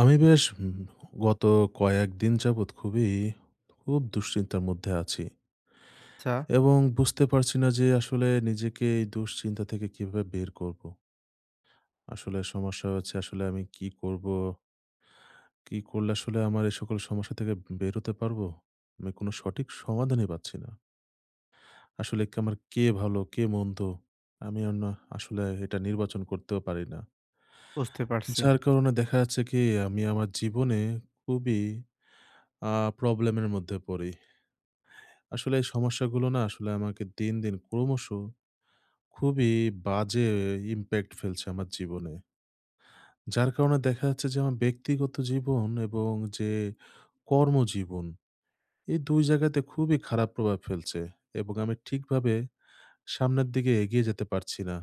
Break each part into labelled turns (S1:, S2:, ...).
S1: আমি বেশ গত কয়েকদিন যাবৎ খুব দুশ্চিন্তার মধ্যে আছি
S2: আচ্ছা,
S1: এবং বুঝতে পারছি না যে আসলে নিজেকে এই দুশ্চিন্তা থেকে কিভাবে বের করব। আসলে সমস্যা হচ্ছে আসলে আমি কি করব? কি করলে আসলে আমার এই সকল সমস্যা থেকে বের হতে পারবো? আমি কোনো সঠিক সমাধানই পাচ্ছি না। আসলে কে ভালো, কে মন্দ? আমি আর না আসলে এটা নির্বাচন করতেও পারি না।
S2: বুঝতে পারছি।
S1: যার কারণে দেখা যাচ্ছে কি, আমি আমার জীবনে খুবই আ প্রবলেম এর মধ্যে পড়ি। আসলে এই সমস্যাগুলো না আসলে আমাকে দিন, দিন ক্রমশ খুবই বাজে ইমপ্যাক্ট ফেলছে আমার জীবনে। যার কারণে দেখা যাচ্ছে যে আমার ব্যক্তিগত জীবন এবং যে কর্মজীবন, এই ২ জায়গাতে খুবই খারাপ প্রভাব ফেলছে এবং আমি ঠিকভাবে সামনের দিকে এগিয়ে যেতে পারছি না।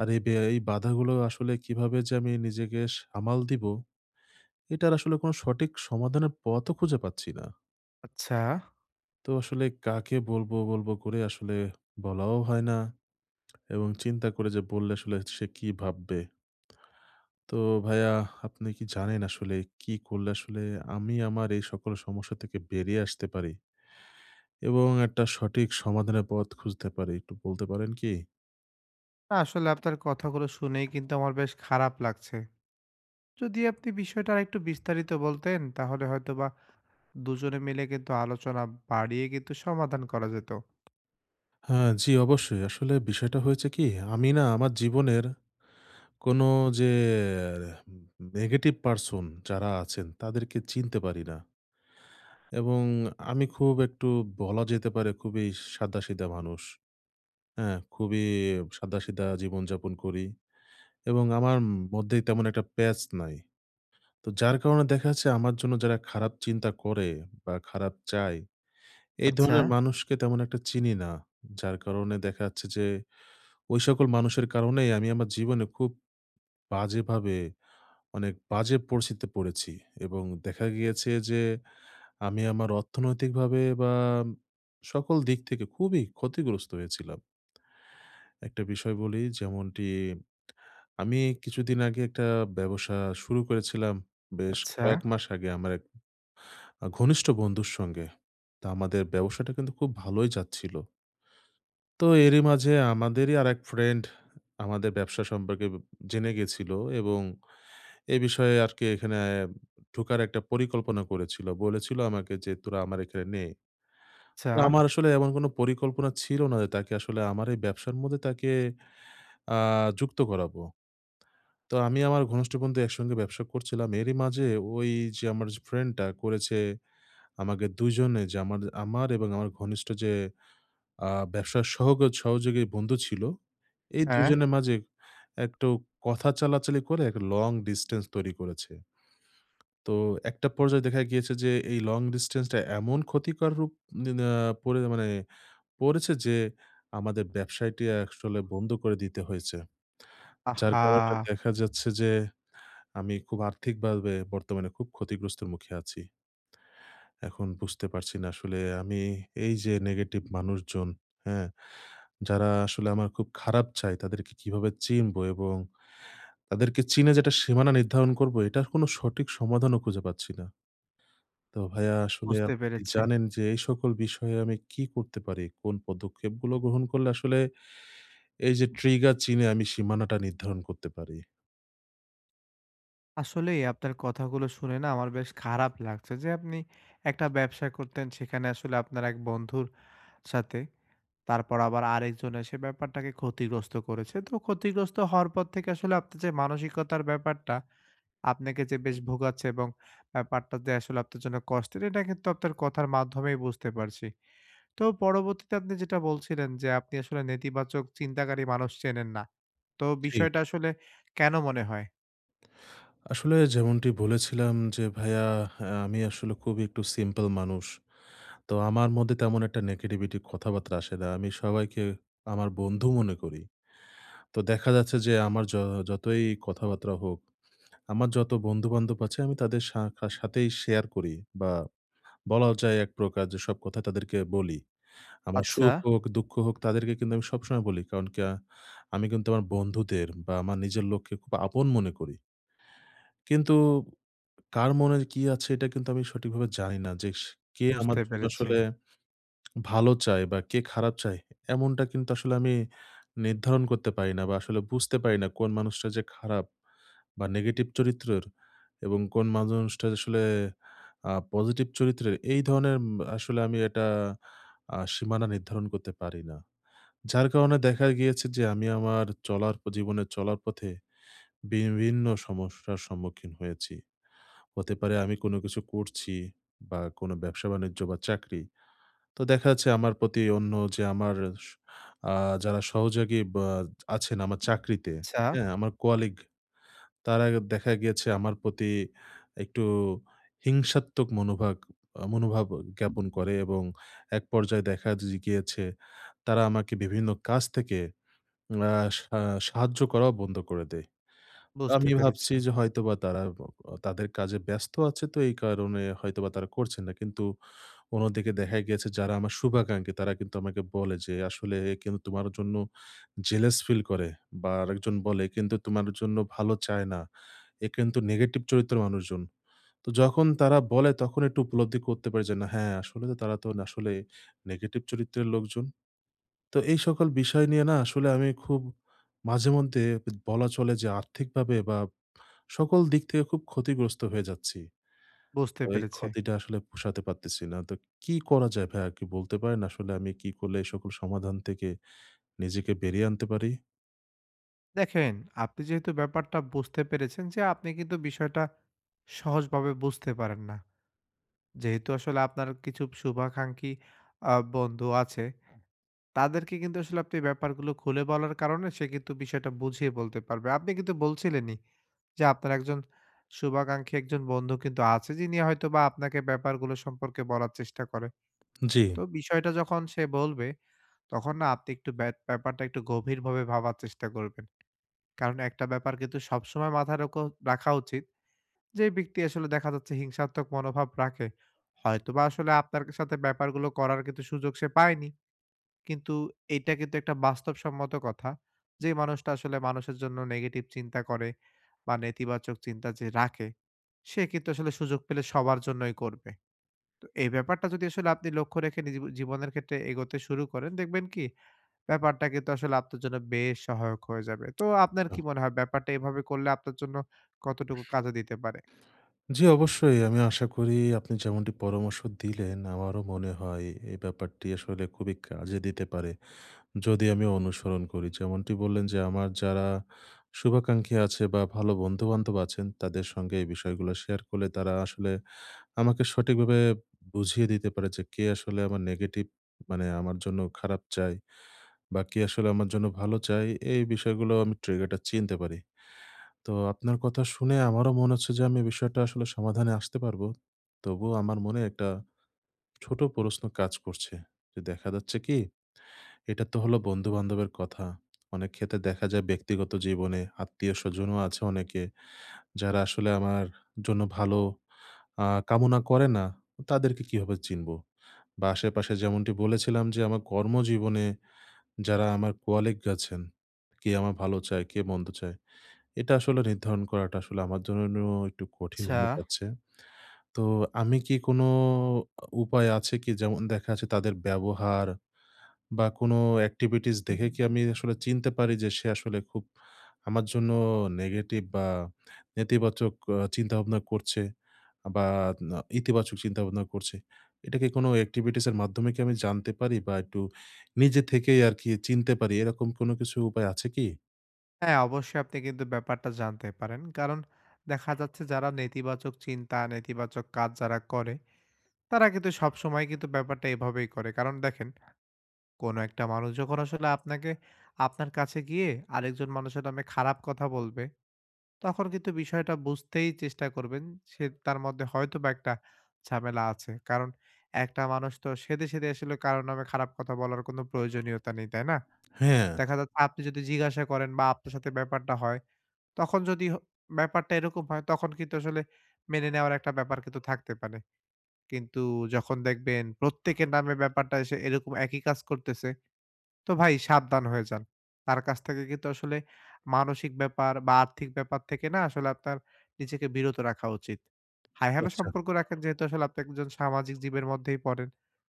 S1: আর এই বাধাগুলো আসলে কিভাবে যে আমি নিজেকে সামাল দিব, এটার আসলে কোনো সঠিক সমাধানের পথও খুঁজে পাচ্ছি না।
S2: আচ্ছা,
S1: তো আসলে কাকে বলবো, বলবো করে আসলে বলাও হয় না। এবং চিন্তা করে যে বললে আসলে সে কি ভাববে? তো ভাইয়া, আপনি কি জানেন আসলে কি করলে আসলে আমি আমার এই সকল সমস্যা থেকে বেরিয়ে আসতে পারি এবং একটা সঠিক সমাধানের পথ খুঁজতে পারি? একটু বলতে পারেন কি?
S2: না আসলে আপনার কথাগুলো শুনেই কিন্তু আমার বেশ খারাপ লাগছে। যদি আপনি বিষয়টা আরেকটু বিস্তারিত বলতেন, তাহলে হয়তোবা দুজনে মিলে কিন্তু আলোচনা বাড়িয়ে কিন্তু সমাধান করা যেত।
S1: হ্যাঁ, জি অবশ্যই। আসলে বিষয়টা হয়েছে কি? আমি না আমার জীবনের কোনো যে নেগেটিভ পারসন যারা আছেন তাদেরকে চিনতে পারি না। এবং আমি খুব একটু, বলা যেতে পারে খুবই সাদাসিধা মানুষ। হ্যাঁ, খুবই সাদাসিধা জীবনযাপন করি এবং আমার মধ্যে তেমন একটা প্যাচ নাই। তো যার কারণে দেখা যাচ্ছে আমার জন্য যারা খারাপ চিন্তা করে বা খারাপ চায়, এই
S2: আচ্ছা,
S1: ধরনের মানুষকে তেমন একটা চিনি না। যার কারণে দেখা যাচ্ছে যে ওই সকল মানুষের কারণেই আমি আমার জীবনে খুব বাজেভাবে, অনেক বাজে পরিস্থিতিতে পড়েছি এবং দেখা গিয়েছে যে আমি আমার অর্থনৈতিকভাবে বা সকল দিক থেকে খুবই ক্ষতিগ্রস্ত হয়েছিলাম। একটা বিষয় বলি যেমনটি, আমি কিছুদিন আগে একটা ব্যবসা শুরু করেছিলাম বেশ
S2: আচ্ছা,
S1: কয়েক মাস আগে আমার এক ঘনিষ্ঠ বন্ধুর সঙ্গে। তো আমাদের ব্যবসাটা কিন্তু খুব ভালোই যাচ্ছিল। তো এরই মাঝে আমাদেরই আরেক ফ্রেন্ড আমাদের ব্যবসা সম্পর্কে জেনে গেছিল এবং এ বিষয়ে আরকি এখানে ঢোকার একটা পরিকল্পনা করেছিল। বলেছিল আমাকে যে, "তোরা আমার এখানে নে।"
S2: আচ্ছা,
S1: তো আমার আসলে এমন কোনো পরিকল্পনা ছিল না যে তাকে আসলে আমার এই ব্যবসার মধ্যে তাকে আ যুক্ত করাবো। তো আমি আমার ঘনিষ্ঠ বন্ধু একসঙ্গে ব্যবসা করছিলাম। এরই মাঝে ওই যে আমার যে ফ্রেন্ডটা করেছে, আমাকে ২ জনে, যে আমার আমার এবং আমার ঘনিষ্ঠ যে ব্যবসার সহযোগী বন্ধু ছিল, এই ২
S2: হ্যাঁ,
S1: জনের মাঝে একটু কথা চালাচালি করে একটা লং ডিসট্যান্স তৈরি করেছে। তো একটা পর্যায়ে দেখা গিয়েছে যে এই লং ডিসট্যান্সটা এমন ক্ষতিকর রূপ নি না পড়ে মানে পড়েছে যে আমাদের ব্যবসায়টি আসলে বন্ধ করে দিতে হয়েছে। যার
S2: আহা!
S1: কারণে দেখা যাচ্ছে যে আমি খুব আর্থিকভাবে বর্তমানে খুব ক্ষতিগ্রস্তের মুখে আছি। এখন বুঝতে পারছি না আসলে আমি এই যে নেগেটিভ মানুষজন, হ্যাঁ? যারা আসলে আমার খুব খারাপ চায় তাদেরকে কিভাবে চিনবো এবং তাদেরকে চিনে যেটা সীমানা নির্ধারণ করবো, এটার কোনো সঠিক সমাধানও খুঁজে পাচ্ছি না। তো ভাইয়া, আসলে
S2: বুঝতে
S1: আপনি কি
S2: পেরেছি।
S1: জানেন যে এই সকল বিষয়ে আমি কি করতে পারি? কোন পদক্ষেপগুলো গ্রহণ করলে আসলে এই যে ট্রিগার চিনে আমি সীমানাটা নির্ধারণ করতে পারি?
S2: আসলেই আপনার কথাগুলো শুনে না আমার বেশ খারাপ লাগছে যে আপনি একটা ব্যবসা করতেন, সেখানে আসলে আপনার এক বন্ধুর সাথে তারপর আবার আরেকজন এসে ব্যাপারটাকে ক্ষতিগ্রস্ত করেছে। তো ক্ষতিগ্রস্ত হওয়ার পর থেকে আসলে আপনার যে মানসিকতার ব্যাপারটা আপনাকে যে বেশ ভোগাচ্ছে এবং ব্যাপারটা যে আসলে আপনার জন্য কষ্টের, এটা কিন্তু আপনার কথার মাধ্যমেই বুঝতে পারছি। তো পরবর্তীতে আপনি যেটা বলছিলেন যে আপনি আসলে নেতিবাচক চিন্তাকারী মানুষ চেনেন না। তো
S1: জি।
S2: বিষয়টা আসলে কেন মনে হয়?
S1: আসলে যেমনটি বলেছিলাম যে ভাইয়া, হ্যাঁ, আমি আসলে খুবই একটু সিম্পল মানুষ। তো আমার মধ্যে তেমন একটা নেগেটিভিটি কথাবার্তা আসে না। আমি সবাইকে আমার বন্ধু মনে করি। তো দেখা যাচ্ছে যে আমার যতই কথাবার্তা হোক, আমার যত বন্ধু-বান্ধব আছে আমি তাদের সা কা সাথেই শেয়ার করি বা বলাও যায় এক প্রকার, যে সব কথা তাদেরকে বলি। আমার
S2: আচ্ছা।
S1: সুখ হোক, দুঃখ হোক তাদেরকে কিন্তু আমি সবসময় বলি। কারণ কি, আমি কিন্তু আমার বন্ধুদের বা আমার নিজের লোককে খুব আপন মনে করি। কিন্তু কার মনে কি আছে এটা কিন্তু আমি সঠিকভাবে জানি না যে সে, কে হুম। আমার
S2: বুঝতে
S1: জন্য
S2: পেরেছি।
S1: আসলে ভালো চায় বা কে খারাপ চায়, এমনটা কিন্তু আসলে আমি নির্ধারণ করতে পারি না বা আসলে বুঝতে পারি না কোন মানুষটা যে খারাপ বা নেগেটিভ চরিত্রের এবং কোন মানুষটা যে আসলে পজিটিভ চরিত্রের, এই ধরনের আসলে আমি এটা, সীমানা নির্ধারণ করতে পারি না। যার কারণে দেখা গিয়েছে যে আমি আমার চলার পথে বিভিন্ন সমস্যার সম্মুখীন হয়েছি। হতে পারে আমি কোনো কিছু করছি বা কোনো ব্যবসা-বাণিজ্য বা চাকরি। তো দেখা যাচ্ছে আমার প্রতি অন্য যে আমার, স আ যারা সহযোগী বা আছেন আমার চাকরিতে,
S2: আচ্ছা।
S1: হ্যাঁ? আমার কলিগ, তারা দেখা গিয়েছে আমার প্রতি একটু হিংসাত্মক মনোভাগ আ মনোভাব জ্ঞাপন করে এবং এক পর্যায়ে দেখা গিয়েছে তারা আমাকে বিভিন্ন কাজ থেকে আ সা সাহায্য করাও বন্ধ করে দেয়।
S2: বুঝতে
S1: আমি
S2: পেরেছি,
S1: ভাবছি যে হয়তোবা তারা ব তাদের কাজে ব্যস্ত আছে, তো এই কারণে হয়তোবা তারা করছে না। কিন্তু অন্যদিকে দেখা গিয়েছে যারা আমার শুভাকাঙ্ক্ষী তারা কিন্তু আমাকে বলে যে, "আসলে এ কিন্তু তোমার জন্য জেলাস ফিল করে" বা আরেকজন বলে, "কিন্তু তোমার জন্য ভালো চায় না। এ কিন্তু নেগেটিভ চরিত্রের মানুষজন।" তো যখন তারা বলে তখন একটু উপলব্ধি করতে পারি যে, না, হ্যাঁ, আসলে তো তারা তো আসলে নেগেটিভ চরিত্রের লোকজন। তো এই সকল বিষয় নিয়ে না আসলে আমি খুব মাঝেমধ্যে, বলা চলে যে আর্থিকভাবে বা সকল দিক থেকে খুব ক্ষতিগ্রস্ত হয়ে যাচ্ছি।
S2: বুঝতে
S1: তো এই
S2: পেরেছি।
S1: ক্ষতিটা আসলে পোষাতে পারতেছি না। তো কি করা যায় ভাইয়া, কি বলতে পারেন আসলে আমি কি করলে এই সকল সমাধান থেকে নিজেকে বেরিয়ে আনতে পারি?
S2: দেখেন, আপনি যেহেতু ব্যাপারটা বুঝতে পেরেছেন যে আপনি কিন্তু বিষয়টা সহজভাবে বুঝতে পারেন না। যেহেতু আসলে আপনার কিছু শুভাকাঙ্ক্ষী বন্ধু আছে, তাদেরকে কিন্তু আসলে আপনি ব্যাপারগুলো খুলে বলার কারণে সে কিন্তু বিষয়টা বুঝিয়ে বলতে পারবে। আপনি কিন্তু বলছিলেনই যে আপনার একজন শুভাকাঙ্ক্ষী একজন বন্ধু কিন্তু আছে যিনি হয়তোবা আপনাকে ব্যাপারগুলো সম্পর্কে বলার চেষ্টা করে।
S1: জি।
S2: তো বিষয়টা যখন সে বলবে, তখন না আপনি একটু ব্যাপারটা একটু গভীরভাবে ভাবার চেষ্টা করবেন। কারণ একটা ব্যাপার কিন্তু সবসময় মাথায় রাখা উচিত। যে ব্যক্তি আসলে দেখা যাচ্ছে হিংসাত্মক মনোভাব রাখে, হয়তোবা আসলে আপনার সাথে ব্যাপারগুলো করার কিন্তু সুযোগ সে পায়নি। কিন্তু এইটা কিন্তু একটা বাস্তবসম্মত কথা। যে মানুষটা আসলে মানুষের জন্য নেগেটিভ চিন্তা করে বা নেতিবাচক চিন্তা যে রাখে, সে কিন্তু আসলে সুযোগ পেলে সবার জন্যই করবে। তো এই ব্যাপারটা যদি আসলে আপনি লক্ষ্য রেখে নিজ জীবনের ক্ষেত্রে এগোতে শুরু করেন, দেখবেন কি ব্যাপারটা কিন্তু আসলে আপনার জন্য বেশ সহায়ক হয়ে যাবে। তো আপনার
S1: আচ্ছা।
S2: কি মনে হয় ব্যাপারটা এভাবে করলে আপনার জন্য কতটুকু কাজে দিতে পারে?
S1: জি, অবশ্যই। আমি আশা করি আপনি যেমনটি পরামর্শ দিলেন, আমারও মনে হয় এই ব্যাপারটি আসলে খুবই কাজে দিতে পারে, যদি আমি অনুসরণ করি। যেমনটি বললেন যে আমার যারা শুভাকাঙ্ক্ষী আছে বা ভালো বন্ধু-বান্ধব আছেন তাদের সঙ্গে এই বিষয়গুলো শেয়ার করলে তারা আসলে আমাকে সঠিকভাবে বুঝিয়ে দিতে পারে যে কে আসলে আমার নেগেটিভ, মানে আমার জন্য খারাপ চায় বা কে আসলে আমার জন্য ভালো চায়, এই বিষয়গুলো আমি ট্রিগারটা চিনতে পারি। তো আপনার কথা শুনে আমারও মনে হচ্ছে যে আমি বিষয়টা আসলে সমাধানে আসতে পারবো। তবুও আমার মনে একটা ছোট প্রশ্ন কাজ করছে। যে দেখা যাচ্ছে কি, এটা তো হলো বন্ধু-বান্ধবের কথা। অনেক ক্ষেত্রে দেখা যায় ব্যক্তিগত জীবনে আত্মীয়স্বজনও আছে অনেকে যারা আসলে আমার জন্য ভালো কামনা করে না। তাদেরকে কিভাবে চিনবো? বা আশেপাশে যেমনটি বলেছিলাম যে আমার কর্মজীবনে যারা আমার কোয়ালিগ আছেন, কে আমার ভালো চায়, কে মন্দ চায়, এটা আসলে নির্ধারণ করাটা আসলে আমার জন্য একটু কঠিন
S2: আচ্ছা।
S1: হয়ে যাচ্ছে। তো আমি কি কোনো, উপায় আছে কি, যেমন দেখা যাচ্ছে তাদের ব্যবহার বা কোনো এক্টিভিটিস দেখে কি আমি আসলে চিনতে পারি যে সে আসলে খুব আমার জন্য নেগেটিভ বা নেতিবাচক চিন্তাভাবনা করছে বা না, ইতিবাচক চিন্তাভাবনা করছে। এটা কি কোনো এক্টিভিটিস এর মাধ্যমে কি আমি জানতে পারি বা একটু নিজে থেকেই আরকি চিনতে পারি, এরকম কোনো কিছু উপায় আছে কি?
S2: হ্যাঁ, অবশ্যই আপনি কিন্তু ব্যাপারটা জানতে পারেন। কারণ দেখা যাচ্ছে যারা নেতিবাচক চিন্তা, নেতিবাচক কাজ যারা করে, তারা কিন্তু সবসময় কিন্তু ব্যাপারটা এভাবেই করে। কারণ দেখেন, কোনো একটা মানুষ যখন আসলে আপনাকে আপনার কাছে গিয়ে আরেকজন মানুষের নামে খারাপ কথা বলবে তখন কিন্তু বিষয়টা বুঝতেই চেষ্টা করবেন। সে তার মধ্যে হয়তোবা একটা ঝামেলা আছে। কারণ একটা মানুষ তো সেধে, সেধে আসলে কারো নামে খারাপ কথা বলার কোনো প্রয়োজনীয়তা নেই, তাই না?
S1: হ্যাঁ,
S2: দেখা যাচ্ছে আপনি যদি জিজ্ঞাসা করেন বা আপনার সাথে ব্যাপারটা হয়, তখন যদি ব্যাপারটা এরকম হয় তখন কিন্তু আসলে মেনে নেওয়ার একটা ব্যাপার কিন্তু থাকতে পারে। কিন্তু যখন দেখবেন প্রত্যেকের নামে ব্যাপারটা এসে এরকম একই কাজ করতেছে তো ভাই সাবধান হয়ে যান। তার কাছ থেকে কিন্তু আসলে মানসিক ব্যাপার বা আর্থিক ব্যাপার থেকে না আসলে আপনার নিজেকে বিরত রাখা উচিত। হাই-হ্যালো
S1: আচ্ছা।
S2: সম্পর্ক রাখেন যেহেতু আসলে আপনি একজন সামাজিক জীবের মধ্যেই পড়েন।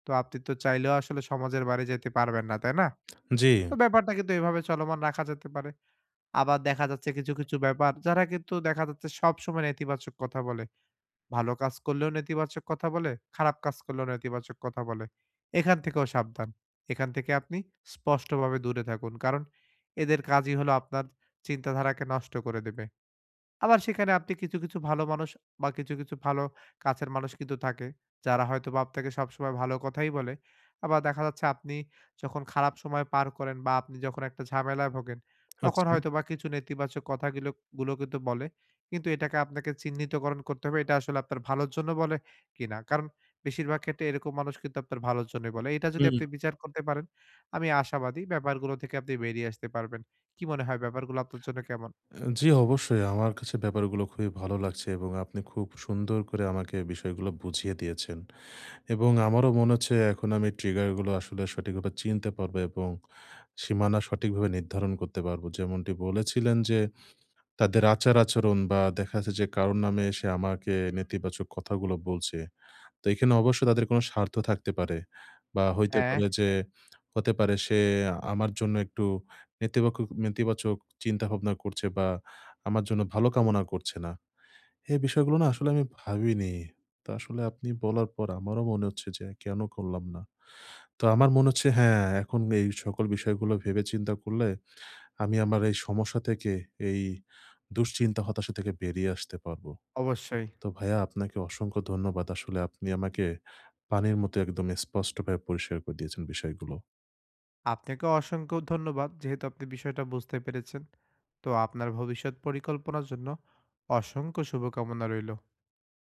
S2: তো আপনি তো চাইলেও আসলে সমাজের বাইরে যেতে পারবেন না, তাই না?
S1: জি,
S2: তো ব্যাপারটা কিন্তু এভাবে চলমান রাখা যেতে পারে। আবার দেখা যাচ্ছে কিছু, কিছু ব্যাপার যারা কিন্তু দেখা যাচ্ছে সবসময় নেতিবাচক কথা বলে। ভালো কাজ করলেও নেতিবাচক কথা বলে, খারাপ কাজ করলেও নেতিবাচক কথা বলে। এখান থেকেও সাবধান। এখান থেকে আপনি স্পষ্টভাবে দূরে থাকুন। কারণ এদের কাজই হলো আপনার চিন্তাধারাকে নষ্ট করে দেবে। আবার সেখানে আপনি কিছু, কিছু ভালো মানুষ বা কিছু, কিছু ভালো কাছের মানুষ কিন্তু থাকে। যারা হয়তোবা আপনাকে সবসময় ভালো কথাই বলে। আবার দেখা যাচ্ছে আপনি যখন খারাপ সময় পার করেন বা আপনি যখন একটা ঝামেলায় ভোগেন, তখন
S1: আচ্ছা।
S2: হয়তোবা কিছু নেতিবাচক কথাগুলো কিন্তু বলে। কিন্তু এটাকে আপনাকে চিহ্নিতকরণ করতে হবে এটা আসলে আপনার ভালোর জন্য বলে কিনা। কারণ বেশিরভাগ ক্ষেত্রে এরকম মানুষ কিন্তু আপনার ভালোর জন্যই বলে। এটা যদি
S1: হুম।
S2: আপনি বিচার করতে পারেন, আমি আশাবাদী ব্যাপারগুলো থেকে আপনি বেরিয়ে আসতে পারবেন। কি মনে হয় ব্যাপারগুলো আপনার জন্য কেমন?
S1: জি, অবশ্যই, আমার কাছে ব্যাপারগুলো খুবই ভালো লাগছে এবং আপনি খুব সুন্দর করে আমাকে বিষয়গুলো বুঝিয়ে দিয়েছেন। এবং আমারও মনে হচ্ছে এখন আমি ট্রিগারগুলো আসলে সঠিকভাবে চিনতে পারবো এবং সীমানা সঠিকভাবে নির্ধারণ করতে পারবো। যেমনটি বলেছিলেন যে, তাদের আচার-আচরণ বা দেখা যাচ্ছে যে কারো নামে এসে আমাকে নেতিবাচক কথাগুলো বলছে। তো এখানে অবশ্যই তাদের কোনো স্বার্থ থাকতে পারে বা হইতে
S2: হ্যাঁ,
S1: পারে যে, হতে পারে সে আমার জন্য একটু নেতিবাচক নেতিবাচক চিন্তাভাবনা করছে বা আমার জন্য ভালো কামনা করছে না। এই বিষয়গুলো না আসলে আমি ভাবিনি। তো আসলে আপনি বলার পর আমারও মনে হচ্ছে যে কেন করলাম না? তো আমার মনে হচ্ছে হ্যাঁ, এখন এই সকল বিষয়গুলো ভেবে চিন্তা করলে আমি আমার এই সমস্যা থেকে, এই দুশ্চিন্তা, হতাশা থেকে বেরিয়ে আসতে পারবো।
S2: অবশ্যই।
S1: তো ভাইয়া, আপনাকে অসংখ্য ধন্যবাদ। আসলে আপনি আমাকে পানির মতো একদম স্পষ্টভাবে পরিষ্কার করে দিয়েছেন বিষয়গুলো।
S2: আপনাকেও অসংখ্য ধন্যবাদ যেহেতু আপনি বিষয়টা বুঝতে পেরেছেন। তো আপনার ভবিষ্যৎ পরিকল্পনার জন্য অসংখ্য শুভকামনা রইল।